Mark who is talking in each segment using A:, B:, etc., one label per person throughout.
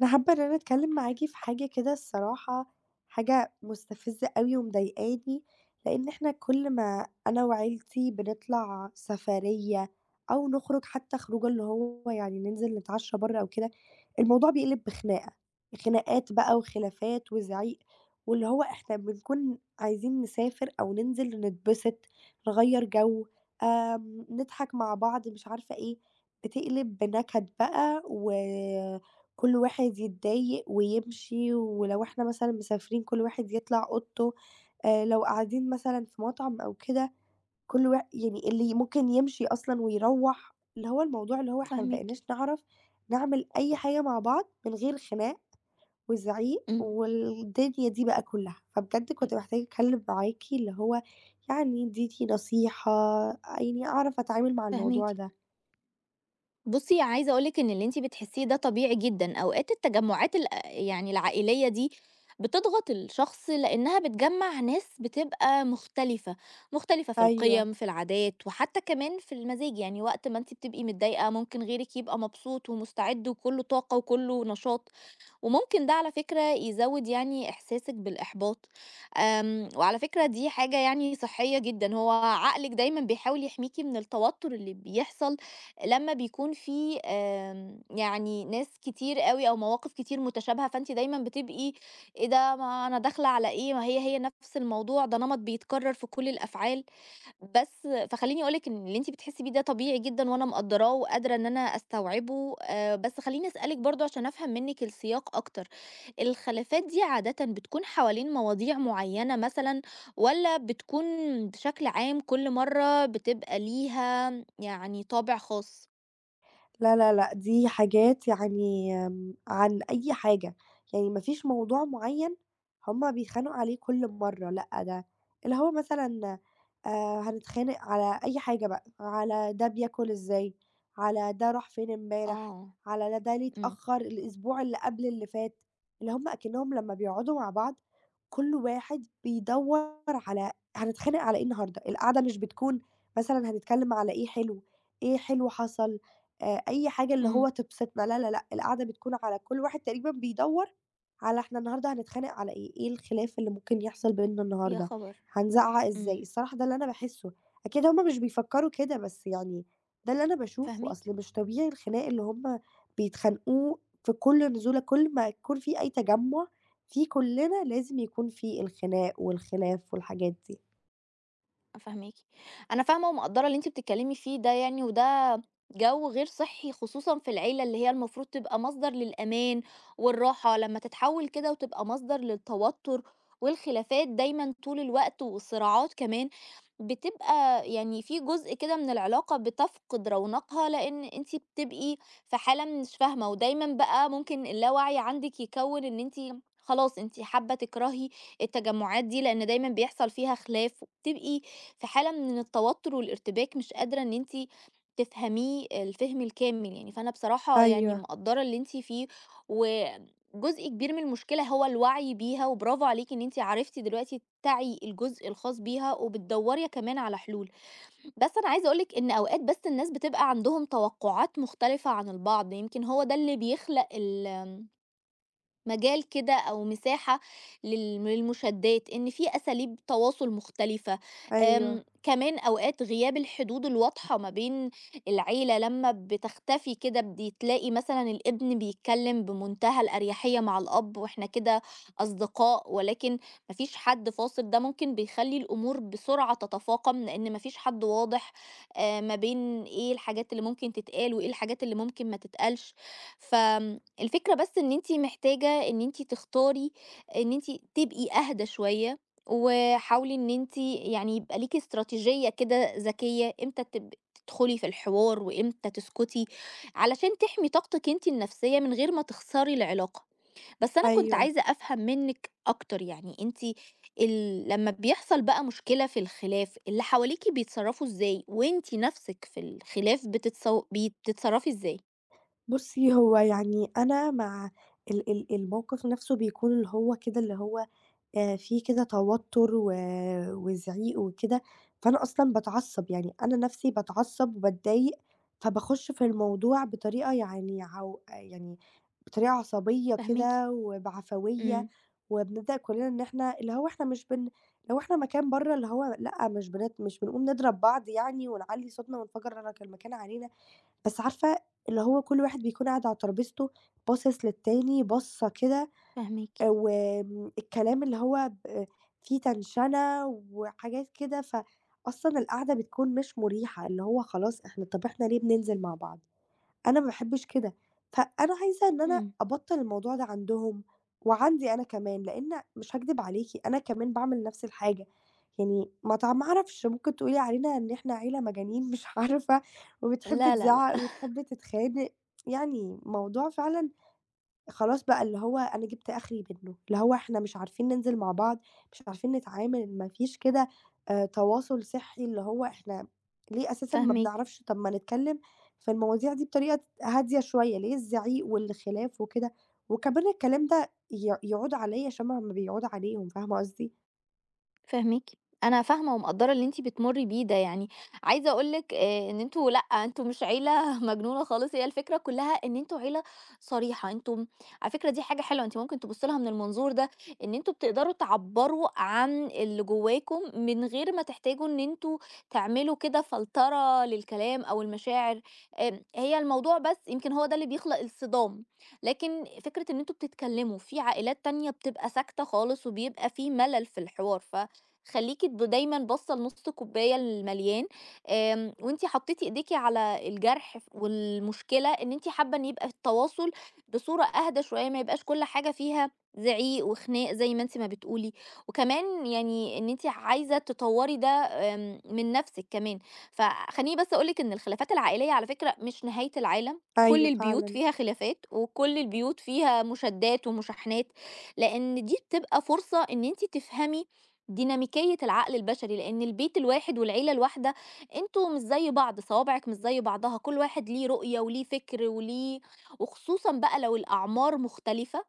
A: أنا حابة إن أنا أتكلم معاكِ في حاجة كده الصراحة. حاجة مستفزة أوي ومضايقاني، لإن إحنا كل ما أنا وعيلتي بنطلع سفرية أو نخرج حتى خروجة اللي هو يعني ننزل نتعشى برّه أو كده، الموضوع بيقلب بخناقة، خناقات بقى وخلافات وزعيق، واللي هو إحنا بنكون عايزين نسافر أو ننزل نتبسط، نغيّر جو، نضحك مع بعض مش عارفة إيه، بتقلب بنكد بقى و كل واحد يتضايق ويمشي، ولو إحنا مثلًا مسافرين كل واحد يطلع أوضته. لو قاعدين مثلًا في مطعم أو كده كل وا يعني اللي ممكن يمشي أصلًا ويروّح، اللي هو الموضوع اللي هو إحنا ما
B: فاهماكِ،
A: بقيناش نعرف نعمل أي حاجة مع بعض من غير خناق وزعيق
B: إمم،
A: والدنيا دي بقى كلّها، فبجد كنت محتاجة أتكلّم معاكِ اللي هو يعني ادّيني نصيحة، يعني أعرف أتعامل مع الموضوع
B: فاهماكِ.
A: ده.
B: بُصّي، عايزة أقول لِك إن اللي أنتِ بتحسيه ده طبيعي جدًا، أوقات التجمعات ال يعني العائلية دي بتضغط الشخص لإنها بتجمّع ناس بتبقى مختلفة، مختلفة في
A: أيوه.
B: القِيَم، في العادات، وحتى كمان في المزاج، يعني وقت ما أنتِ بتبقي متضايقة ممكن غيرِك يبقى مبسوط ومستعد وكُلّه طاقة وكُلّه نشاط. وممكن ده على فكرة يزود يعني إحساسِك بالإحباط، وعلى فكرة دي حاجة يعني صحية جدًا، هو عقلِك دايمًا بيحاول يحميكِ من التوتر اللي بيحصل لمّا بيكون في يعني ناس كتير أوي أو مواقف كتير متشابهة، فأنتِ دايمًا بتبقي إيه ده ما أنا داخلة على إيه، ما هي نفس الموضوع، ده نمط بيتكرر في كل الأفعال. بس فخلّيني أقول لِك إن اللي أنتِ بتحسّي بيه ده طبيعي جدًا وأنا مقدّراه وقادرة إن أنا أستوعبه، بس خلّيني أسألِك برضه عشان أفهم منِّك السياق أكتر، الخلافات دي عادةً بتكون حوالين مواضيع معيّنة مثلًا والّا بتكون بشكل عام كل مرّة بتبقى ليها يعني طابع خاص؟
A: لا، لا، لأ، دي حاجات يعني عن أي حاجة، يعني ما فيش موضوع معيّن هُم بيتخانقوا عليه كل مرّة، لأ، ده اللي هو مثلًا هنتخانق على أي حاجة بقى، على ده بياكل إزاي، على ده راح فين امبارح،
B: آه،
A: على ده ليه
B: إمم،
A: اتأخّر الأسبوع اللي قبل اللي فات، اللي هُم أكنّهم لمّا بيقعدوا مع بعض كل واحد بيدوّر على هنتخانق على إيه النهارده، القعدة مش بتكون مثلًا هنتكلّم على إيه حلو، إيه حلو حصل، أي حاجة اللي
B: إمم،
A: هو تبسطنا، لا، لا، لأ، القعدة بتكون على كل واحد تقريبًا بيدوّر على إحنا النهارده هنتخانق على إيه، إيه الخلاف اللي ممكن يحصل بيننا
B: يا
A: النهارده،
B: خبر!
A: هنزعّق إزاي،
B: إمم،
A: الصراحة ده اللي أنا باحسه، أكيد هُم مش بيفكّروا كده بس يعني ده اللي أنا باشوفه،
B: فاهماكِ.
A: أصل مش طبيعي الخناق اللي هُم بيتخانقوه في كل نزولة، كل ما يكون في أي تجمُّع في كُلّنا لازم يكون في الخناق والخلاف والحاجات دي.
B: فاهماكِ. أنا فاهمة ومقدّرة اللي أنتِ بتتكلمي فيه ده يعني، وده جو غير صحّي خصوصًا في العيلة اللي هي المفروض تبقى مصدر للأمان والراحة، لمّا تتحوّل كده وتبقى مصدر للتوتر والخلافات دايمًا طول الوقت والصراعات كمان، بتبقى يعني في جزء كده من العلاقة بتفقد رونقها، لإن أنتِ بتبقي في حالة مش فاهمة، ودايمًا بقى ممكن اللاوعي عندِك يكوّن إن أنتِ خلاص أنتِ حابة تكرهي التجمعات دي، لإن دايمًا بيحصل فيها خلاف، وبتبقي في حالة من التوتر والارتباك مش قادرة إن أنتِ تفهميه الفهم الكامل يعني، فأنا بصراحة يعني
A: أيوه،
B: مقدّرة اللي أنتِ فيه، وجزء كبير من المشكلة هو الوعي بيها، وبرافو عليكِ إن أنتِ عرفتِ دلوقتي تعي الجزء الخاص بيها، وبتدوّري كمان على حلول. بس أنا عايزة أقول لِك إن أوقات بس الناس بتبقى عندهم توقعات مختلفة عن البعض، يمكن هو ده اللي بيخلق مجال كده أو مساحة للمشادات، إن في أساليب تواصل مختلفة،
A: أيوه،
B: كمان أوقات غياب الحدود الواضحة ما بين العيلة لمّا بتختفي كده بتلاقي مثلًا الابن بيتكلم بمنتهى الأريحية مع الأب وإحنا كده أصدقاء، ولكن ما فيش حد فاصل، ده ممكن بيخلّي الأمور بسرعة تتفاقم لإن ما فيش حد واضح ما بين إيه الحاجات اللي ممكن تتقال وإيه الحاجات اللي ممكن ما تتقالش، ف الفكرة بس إن أنتِ محتاجة إن أنتِ تختاري إن أنتِ تبقي أهدى شوية، وحاولي إن أنتِ يعني يبقى ليكِ استراتيجية كده ذكية إمتى تدخلي في الحوار وإمتى تسكتي، علشان تحمي طاقتِك أنتِ النفسية من غير ما تخسري العلاقة. بس أنا كنت
A: أيوه.
B: عايزة أفهم منِّك أكتر، يعني أنتِ لمّا بيحصل بقى مشكلة في الخلاف، اللي حواليكِ بيتصرفوا إزاي، وأنتِ نفسِك في الخلاف بتتصرفي إزاي؟
A: بُصّي، هو يعني أنا مع ال الموقف نَفْسه بيكون اللي هو كده، اللي هو فيه كده توتُّر و وزعيق وكده، فأنا أصلًا باتعصّب، يعني أنا نَفْسي باتعصّب وباتضايق، فباخُش في الموضوع بطريقة يعني عو يعني بطريقة عصبية
B: فاهماكِ،
A: كده وبعفوية،
B: إمم،
A: وبنبدأ كُلّنا إن إحنا اللي هو إحنا مش بن لو إحنا مكان برّه اللي هو لأ، مش بنت مش بنقوم نضرب بعض يعني ونعلّي صوتنا ونفجّر المكان علينا، بس عارفة اللي هو كل واحد بيكون قاعد على ترابيزته باصص للتاني بصّة كده
B: فاهماكِ.
A: وآمم الكلام اللي هو ب فيه تنشنة وحاجات كده، فأصلًا القعدة بتكون مش مُريحة، اللي هو خلاص إحنا طَب إحنا ليه بننزل مع بعض؟ أنا ما باحبش كده، فأنا عايزة إن أنا
B: إمم.
A: أبطّل الموضوع ده عندهم وعندي أنا كمان، لإن مش هاكدب عليكِ أنا كمان باعمل نفس الحاجة، يعني ما تع ما أعرفش ممكن تقولي علينا إن إحنا عيلة مجانين مش عارفة وبتحب
B: لا، لا، لأ،
A: تزعّق وبتحب تتخانق، يعني موضوع فعلًا خلاص بقى اللي هو أنا جِبت آخري منّه، اللي هو إحنا مش عارفين ننزل مع بعض، مش عارفين نتعامل، ما فيش كده تواصل صحّي، اللي هو إحنا ليه أساسًا ما
B: فاهماكِ.
A: بنعرفش طَب ما نتكلّم في المواضيع دي بطريقة هادية شوية، ليه الزعيق والخلاف وكده، وكمان الكلام ده ي يعود عليّا شَبه ما بيعود عليهم، فاهمة قصدي؟
B: فاهماكِ، أنا فاهمة ومقدّرة اللي أنتِ بتمُرّي بيه ده يعني، عايزة أقول لِك إن أنتم لأ، أنتم مش عيلة مجنونة خالص، هي الفكرة كلّها إن أنتم عيلة صريحة، أنتم على فكرة دي حاجة حلوة، أنتِ ممكن تبُصّي لها من المنظور ده، إن أنتم بتقدروا تعبّروا عن اللي جواكم من غير ما تحتاجوا إن أنتم تعملوا كده فلترة للكلام أو المشاعر، هي الموضوع بس يمكن هو ده اللي بيخلق الصدام، لكن فكرة إن أنتم بتتكلّموا، في عائلات تانية بتبقى ساكتة خالص وبيبقى في ملل في الحوار، خلّيكِ دايمًا باصّة لنُص الكوباية المليان، وأنتِ حطّيتِ إيديكِ على الجرح والمشكلة إن أنتِ حابة إن يبقى التواصل بصورة أهدى شوية، ما يبقاش كل حاجة فيها زعيق وخناق زي ما أنتِ ما بتقولي، وكمان يعني إن أنتِ عايزة تطوّري ده من نَفْسِك كمان، فخلّيني بس أقول لِك إن الخلافات العائلية على فكرة مش نهاية العالم، كل
A: أيوه
B: البيوت
A: فعلًا.
B: فيها خلافات، وكل البيوت فيها مشادات ومشاحنات، لإن دي بتبقى فرصة إن أنتِ تفهمي ديناميكية العقل البشري لأن البيت الواحد والعيلة الواحدة انتوا مش زي بعض صوابعك مش زي بعضها كل واحد ليه رؤية وليه فكر وليه وخصوصا بقى لو الأعمار مختلفة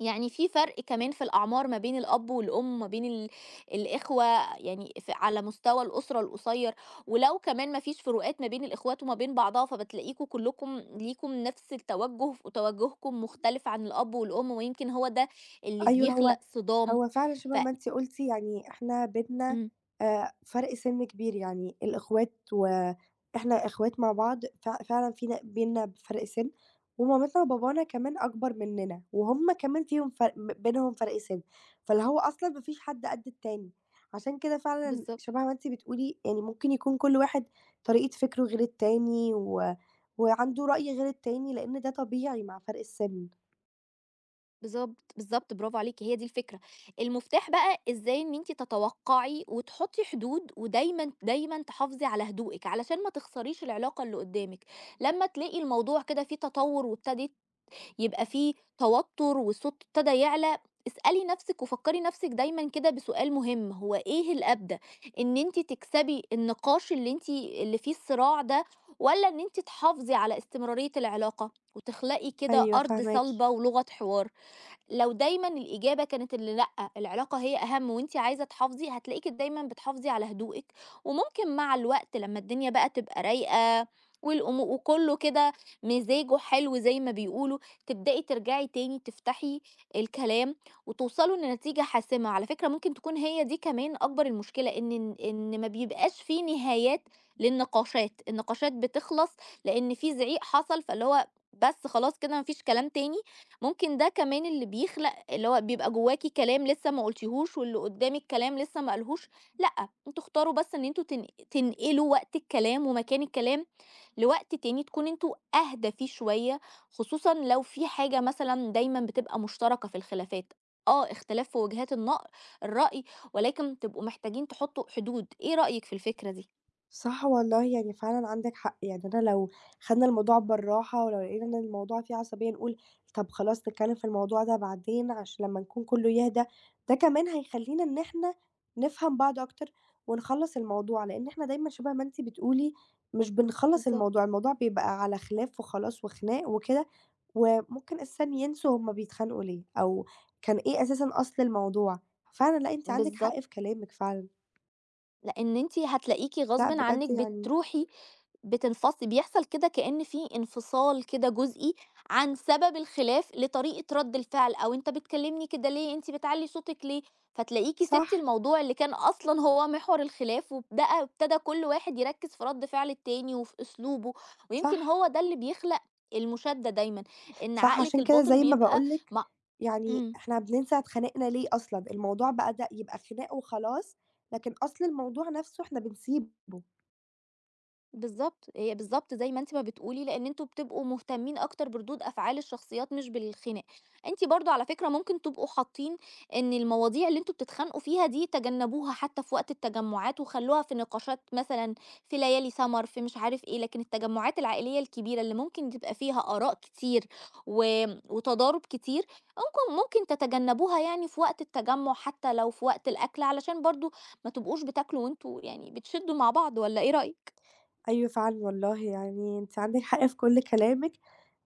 B: يعني في فرق كمان في الأعمار ما بين الأب والأم ما بين الإخوة يعني على مستوى الأسرة القصير ولو كمان ما فيش فروقات ما بين الإخوات وما بين بعضها فبتلاقيكوا كلكم ليكم نفس التوجه وتوجهكم مختلف عن الأب والأم ويمكن هو ده اللي
A: أيوه
B: بيخلق
A: هو
B: صدام
A: هو فعلًا
B: ف...
A: شبه ما أنتِ قُلتِ يعني إحنا بيننا
B: مم.
A: فرق سِن كبير، يعني الإخوات وإحنا إخوات مع بعض ف فعلًا فينا بيننا فرق سِن، ومامتنا وبابانا كمان أكبر مننا، وهُم كمان فيهم فرق م بينهم فرق سِن، فاللي هو أصلًا ما فيش حد قد التاني، عشان كده فعلًا
B: بالظبط
A: شبه ما أنتِ بتقولي يعني ممكن يكون كل واحد طريقة فكره غير التاني و وعنده رأي غير التاني، لإن ده طبيعي مع فرق السِن.
B: بالضبط، بالضبط، برافو عليكِ، هي دي الفكرة. المفتاح بقى إزاي إن أنتِ تتوقّعي وتحطّي حدود ودايمًا، دايمًا تحافظي على هدوئِك علشان ما تخسريش العلاقة اللي قدّامِك. لمّا تلاقي الموضوع كده فيه تطوُّر وابتدِت يبقى فيه توتُّر والصوت ابتدى يعلى، اسألي نَفْسِك وفكّري نَفْسِك دايمًا كده بسؤال مهم، هو إيه الأبدى، إن أنتِ تكسبي النقاش اللي أنتِ اللي فيه الصراع ده والّا إن أنتِ تحافظي على استمرارية العلاقة وتخلقي كده
A: أيوه
B: أرض
A: فاهماكِ.
B: صلبة ولغة حوار؟ لو دايمًا الإجابة كانت اللي لأ، العلاقة هي أهم وأنتِ عايزة تحافظي، هتلاقيكِ دايمًا بتحافظي على هدوئِك، وممكن مع الوقت لمّا الدنيا بقى تبقى رايقة وكلّه كده مزاجه حلو زي ما بيقولوا، تبدئي ترجعي تاني تفتحي الكلام وتوصلوا لنتيجة حاسمة، على فكرة ممكن تكون هي دي كمان أكبر المشكلة إن ما بيبقاش في نهايات للنقاشات، النقاشات بتخلص لإن في زعيق حصل، فاللي هو بس خلاص كده ما فيش كلام تاني، ممكن ده كمان اللي بيخلق اللي هو بيبقى جواكِ كلام لسه ما قلتيهوش واللي قدّامِك كلام لسه ما قالهوش، لأ، أنتم اختاروا بس إن أنتم تنقلوا وقت الكلام ومكان الكلام لوقت تاني تكون أنتم أهدى فيه شوية، خصوصًا لو في حاجة مثلًا دايمًا بتبقى مشتركة في الخلافات، آه، اختلاف في وجهات الرأي ولكن تبقوا محتاجين تحطوا حدود، إيه رأيِك في الفكرة دي؟
A: صح والله، يعني فعلًا عندِك حق، يعني أنا لو خدنا الموضوع بالراحة ولو لقينا إن الموضوع فيه عصبية نقول طب خلاص نتكلّم في الموضوع ده بعدين عشان لمّا نكون كُلّه يهدى، ده كمان هيخلّينا إن إحنا نفهم بعض أكتر ونخلّص الموضوع، لإن إحنا دايمًا شبه ما أنتِ بتقولي مش بنخلّص
B: بالضبط.
A: الموضوع، الموضوع بيبقى على خلاف وخلاص وخناق وكده، وممكن أساسًا ينسوا هُم بيتخانقوا ليه أو كان إيه أساسًا أصل الموضوع، فعلًا لأ، أنتِ عندِك
B: بالضبط،
A: حق في كلامِك فعلًا،
B: لإن أنتِ هتلاقيكِ
A: لأ
B: غصبٍ عنِّك
A: بجد يعني
B: بتروحي بتنفصل بيحصل كده كأن في انفصال كده جزئي عن سبب الخلاف لطريقة رد الفعل أو أنت بتكلمني كده ليه أنت بتعلي صوتك ليه فتلاقيكي سبتي
A: صح،
B: الموضوع اللي كان أصلا هو محور الخلاف ابتدى كل واحد يركز في رد فعل التاني وفي أسلوبه ويمكن
A: صح.
B: هو ده اللي بيخلق المشادة دايما إن
A: صح،
B: عقلك
A: عشان كده
B: الباطن
A: زي ما
B: بيبقى
A: باقول لِك،
B: مع...
A: يعني
B: إمم.
A: إحنا بننسى اتخانقنا ليه أصلًا، الموضوع بقى ده يبقى خناق وخلاص، لكن أصل الموضوع نفسه إحنا بنسيبه.
B: بالضبط، هي بالضبط زي ما أنتِ ما بتقولي، لإن أنتم بتبقوا مهتمين أكتر بردود أفعال الشخصيات مش بالخناق. أنتِ برضه على فكرة ممكن تبقوا حاطين إن المواضيع اللي أنتم بتتخانقوا فيها دي تجنبوها حتى في وقت التجمعات وخلّوها في نقاشات مثلًا في ليالي سَمَر، في مش عارف إيه، لكن التجمعات العائلية الكبيرة اللي ممكن تبقى فيها آراء كتير و وتضارب كتير، ممكن تتجنبوها يعني في وقت التجمُّع حتى لو في وقت الأكل علشان برضه ما تبقوش بتاكلوا وأنتم يعني بتشدّوا مع بعض والّا إيه رأيك؟
A: أيوه فعلًا والله، يعني أنتِ عندِك حق في كل كلامِك،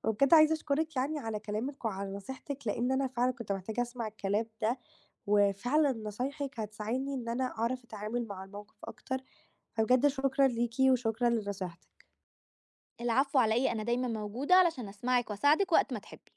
A: وبجد عايزة أشكرِك يعني على كلامِك وعلى نصيحتِك، لإن أنا فعلًا كنت محتاجة أسمع الكلام ده، وفعلًا نصايحِك هتساعدني إن أنا أعرف أتعامل مع الموقف أكتر، فبجد شكرًا ليكِ وشكرًا لنصيحتِك.
B: العفو على إيه أنا دايما موجودة علشان أسمعك وأساعدك وقت ما تحبي